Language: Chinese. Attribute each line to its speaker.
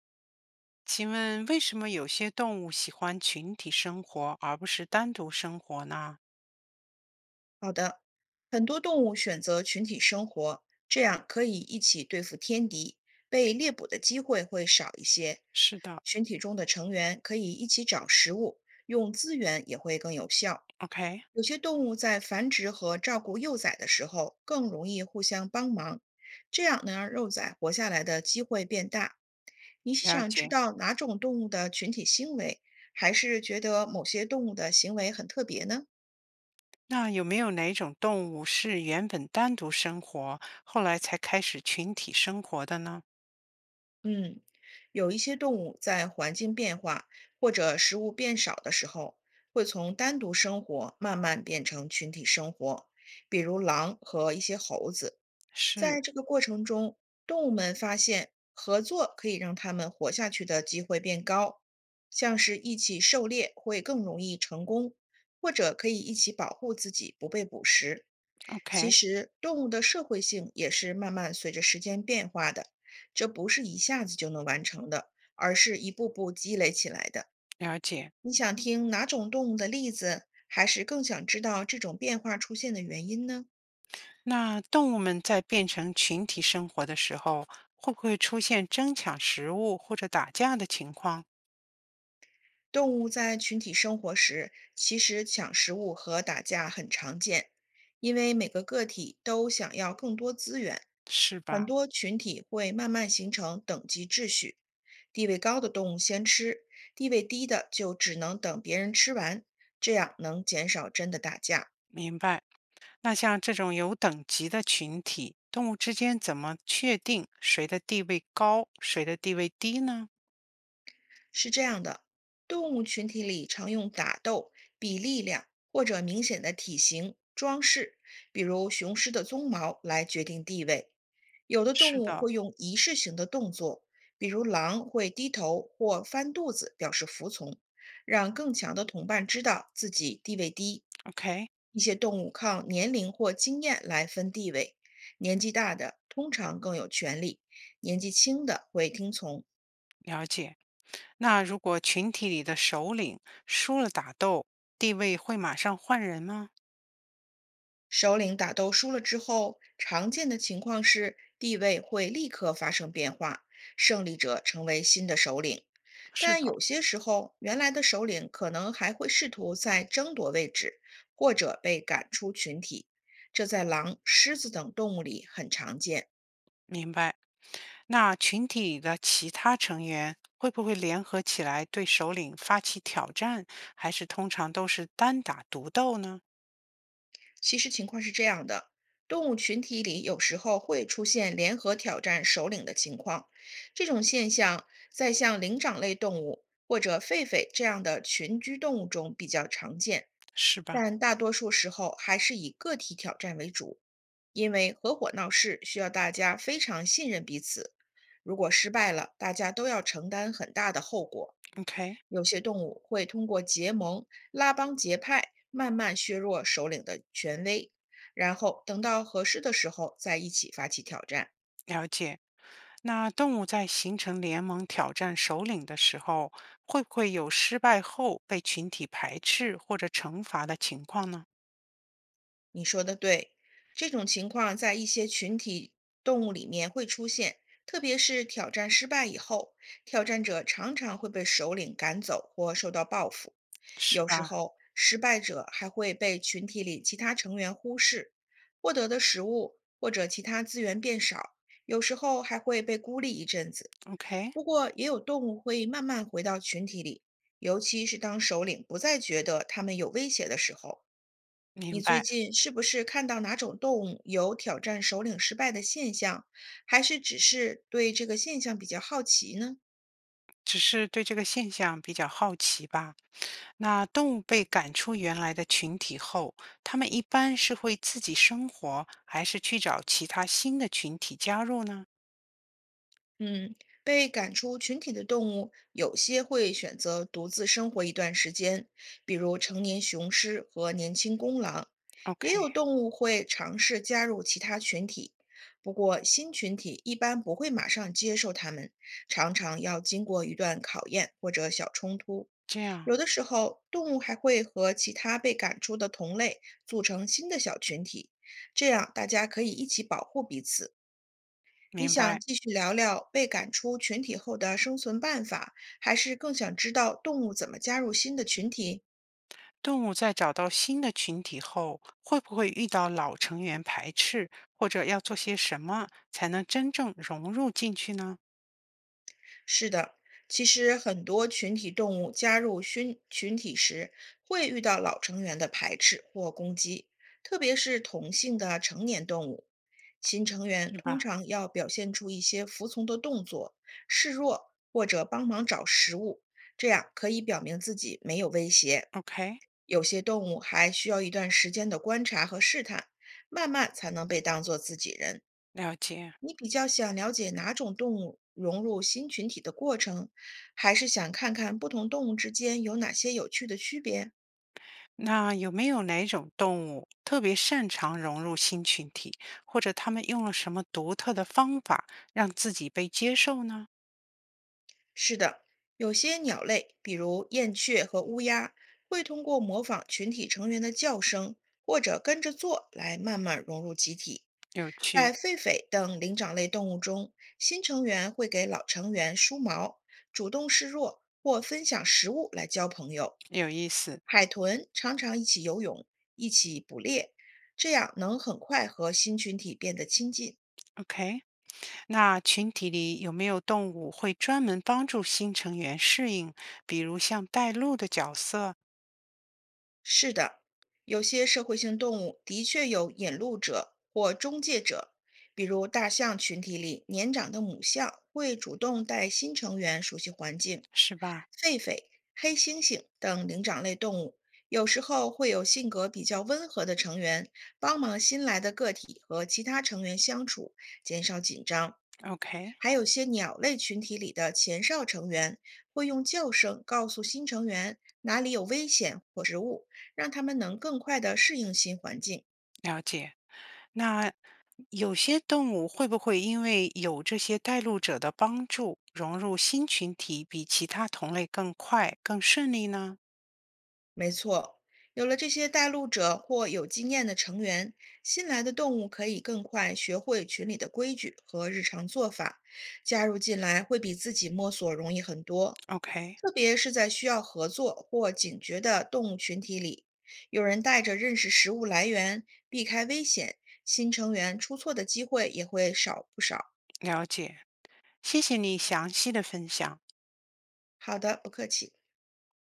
Speaker 1: 请问为什么有些动物喜欢群体生活而不是单独生活呢？
Speaker 2: 好的，很多动物选择群体生活，这样可以一起对付天敌，被猎捕的机会会少一些。
Speaker 1: 是的
Speaker 2: 群体中的成员可以一起找食物，用资源也会更有效。
Speaker 1: ，OK，
Speaker 2: 有些动物在繁殖和照顾幼崽的时候更容易互相帮忙，这样能让幼崽活下来的机会变大。你是
Speaker 1: 了
Speaker 2: 想知
Speaker 1: 解。
Speaker 2: 道哪种动物的群体行为，还是觉得某些动物的行为很特别呢？
Speaker 1: 那有没有哪种动物是原本单独生活，后来才开始群体生活的呢？
Speaker 2: 嗯，有一些动物在环境变化或者食物变少的时候，会从单独生活慢慢变成群体生活，比如狼和一些猴子。
Speaker 1: 是
Speaker 2: 在这个过程中，动物们发现合作可以让它们活下去的机会变高，像是一起狩猎会更容易成功，或者可以一起保护自己不被捕食。其
Speaker 1: ，OK，
Speaker 2: 实，动物的社会性也是慢慢随着时间变化的。这不是一下子就能完成的，而是一步步积累起来的。
Speaker 1: 了解。
Speaker 2: 你想听哪种动物的例子，还是更想知道这种变化出现的原因呢？
Speaker 1: 那动物们在变成群体生活的时候，会不会出现争抢食物或者打架的情况？
Speaker 2: 动物在群体生活时，其实抢食物和打架很常见，因为每个个体都想要更多资源，
Speaker 1: 是吧？
Speaker 2: 很多群体会慢慢形成等级秩序，地位高的动物先吃，地位低的就只能等别人吃完，这样能减少真的打架。
Speaker 1: 明白。那像这种有等级的群体，动物之间怎么确定谁的地位高，谁的地位低呢？
Speaker 2: 是这样的，动物群体里常用打斗、比力量或者明显的体型、装饰，比如雄狮的鬃毛来决定地位。有的动
Speaker 1: 是
Speaker 2: 物
Speaker 1: 的，
Speaker 2: 会用仪式性的动作，比如狼会低头或翻肚子表示服从，让更强的同伴知道自己地位低。
Speaker 1: OK，
Speaker 2: 一些动物靠年龄或经验来分地位，年纪大的通常更有权利，年纪轻的会听从。
Speaker 1: 了解。那如果群体里的首领输了打斗，地位会马上换人吗？
Speaker 2: 首领打斗输了之后，常见的情况是地位会立刻发生变化，胜利者成为新的首领。
Speaker 1: 是
Speaker 2: 但
Speaker 1: 的，
Speaker 2: 有些时候，原来的首领可能还会试图再争夺位置，或者被赶出群体。这在狼、狮子等动物里很常见。
Speaker 1: 明白。那群体里的其他成员会不会联合起来对首领发起挑战，还是通常都是单打独斗呢？
Speaker 2: 其实情况是这样的，动物群体里有时候会出现联合挑战首领的情况，这种现象在像灵长类动物或者狒狒这样的群居动物中比较常见，
Speaker 1: 是吧
Speaker 2: 但大多数时候还是以个体挑战为主，因为合伙闹事需要大家非常信任彼此，如果失败了，大家都要承担很大的后果。
Speaker 1: ？OK，
Speaker 2: 有些动物会通过结盟、拉帮结派，慢慢削弱首领的权威，然后等到合适的时候再一起发起挑战。
Speaker 1: 了解。那动物在形成联盟挑战首领的时候，会不会有失败后被群体排斥或者惩罚的情况呢？
Speaker 2: 你说的对，这种情况在一些群体动物里面会出现，特别是挑战失败以后，挑战者常常会被首领赶走或受到报复。
Speaker 1: 是
Speaker 2: 有时
Speaker 1: 吧
Speaker 2: 候，失败者还会被群体里其他成员忽视，获得的食物或者其他资源变少，有时候还会被孤立一阵子。
Speaker 1: ？OK，
Speaker 2: 不过，也有动物会慢慢回到群体里，尤其是当首领不再觉得他们有威胁的时候。你
Speaker 1: 明
Speaker 2: 最
Speaker 1: 白。
Speaker 2: 近是不是看到哪种动物有挑战首领失败的现象，还是只是对这个现象比较好奇呢？
Speaker 1: 只是对这个现象比较好奇吧。那动物被赶出原来的群体后，它们一般是会自己生活，还是去找其他新的群体加入呢
Speaker 2: 嗯，被赶出群体的动物，有些会选择独自生活一段时间，比如成年雄狮和年轻公狼；也有
Speaker 1: ？OK，
Speaker 2: 动物会尝试加入其他群体，不过新群体一般不会马上接受它们，常常要经过一段考验或者小冲突。
Speaker 1: 这样
Speaker 2: 有的时候，动物还会和其他被赶出的同类组成新的小群体，这样大家可以一起保护彼此。你
Speaker 1: 明
Speaker 2: 想
Speaker 1: 白。
Speaker 2: 继续聊聊被赶出群体后的生存办法，还是更想知道动物怎么加入新的群体？
Speaker 1: 动物在找到新的群体后，会不会遇到老成员排斥，或者要做些什么才能真正融入进去呢？
Speaker 2: 是的，其实很多群体动物加入新群体时，会遇到老成员的排斥或攻击，特别是同性的成年动物。新成员
Speaker 1: 是
Speaker 2: 通
Speaker 1: 吧
Speaker 2: 常要表现出一些服从的动作、示弱或者帮忙找食物，这样可以表明自己没有威胁。
Speaker 1: ？OK，
Speaker 2: 有些动物还需要一段时间的观察和试探，慢慢才能被当作自己人。
Speaker 1: 了解。
Speaker 2: 你比较想了解哪种动物融入新群体的过程，还是想看看不同动物之间有哪些有趣的区别啊？
Speaker 1: 那有没有哪种动物特别擅长融入新群体，或者他们用了什么独特的方法让自己被接受呢？
Speaker 2: 是的，有些鸟类，比如燕雀和乌鸦，会通过模仿群体成员的叫声或者跟着做来慢慢融入集体。
Speaker 1: 有趣，
Speaker 2: 在狒狒等灵长类动物中，新成员会给老成员梳毛、主动示弱或分享食物来交朋友。
Speaker 1: 有意思。
Speaker 2: 海豚常常一起游泳、一起捕猎，这样能很快和新群体变得亲近。
Speaker 1: OK，那群体里有没有动物会专门帮助新成员适应，比如像带路的角色，
Speaker 2: 是的，有些社会性动物的确有引路者或中介者，比如大象群体里年长的母象会主动带新成员熟悉环境，
Speaker 1: 是吧？
Speaker 2: 狒狒、黑猩猩等灵长类动物有时候会有性格比较温和的成员帮忙新来的个体和其他成员相处，减少紧张。
Speaker 1: OK，
Speaker 2: 还有些鸟类群体里的前哨成员会用叫声告诉新成员哪里有危险或食物，让他们能更快地适应新环境。
Speaker 1: 了解。那有些动物会不会因为有这些带路者的帮助，融入新群体比其他同类更快、更顺利呢
Speaker 2: 没错，有了这些带路者或有经验的成员，新来的动物可以更快学会群里的规矩和日常做法，加入进来会比自己摸索容易很多。
Speaker 1: ？OK，
Speaker 2: 特别是在需要合作或警觉的动物群体里，有人带着认识食物来源、避开危险，新成员出错的机会也会少不少。
Speaker 1: 了解。谢谢你详细的分享。
Speaker 2: 好的，不客气。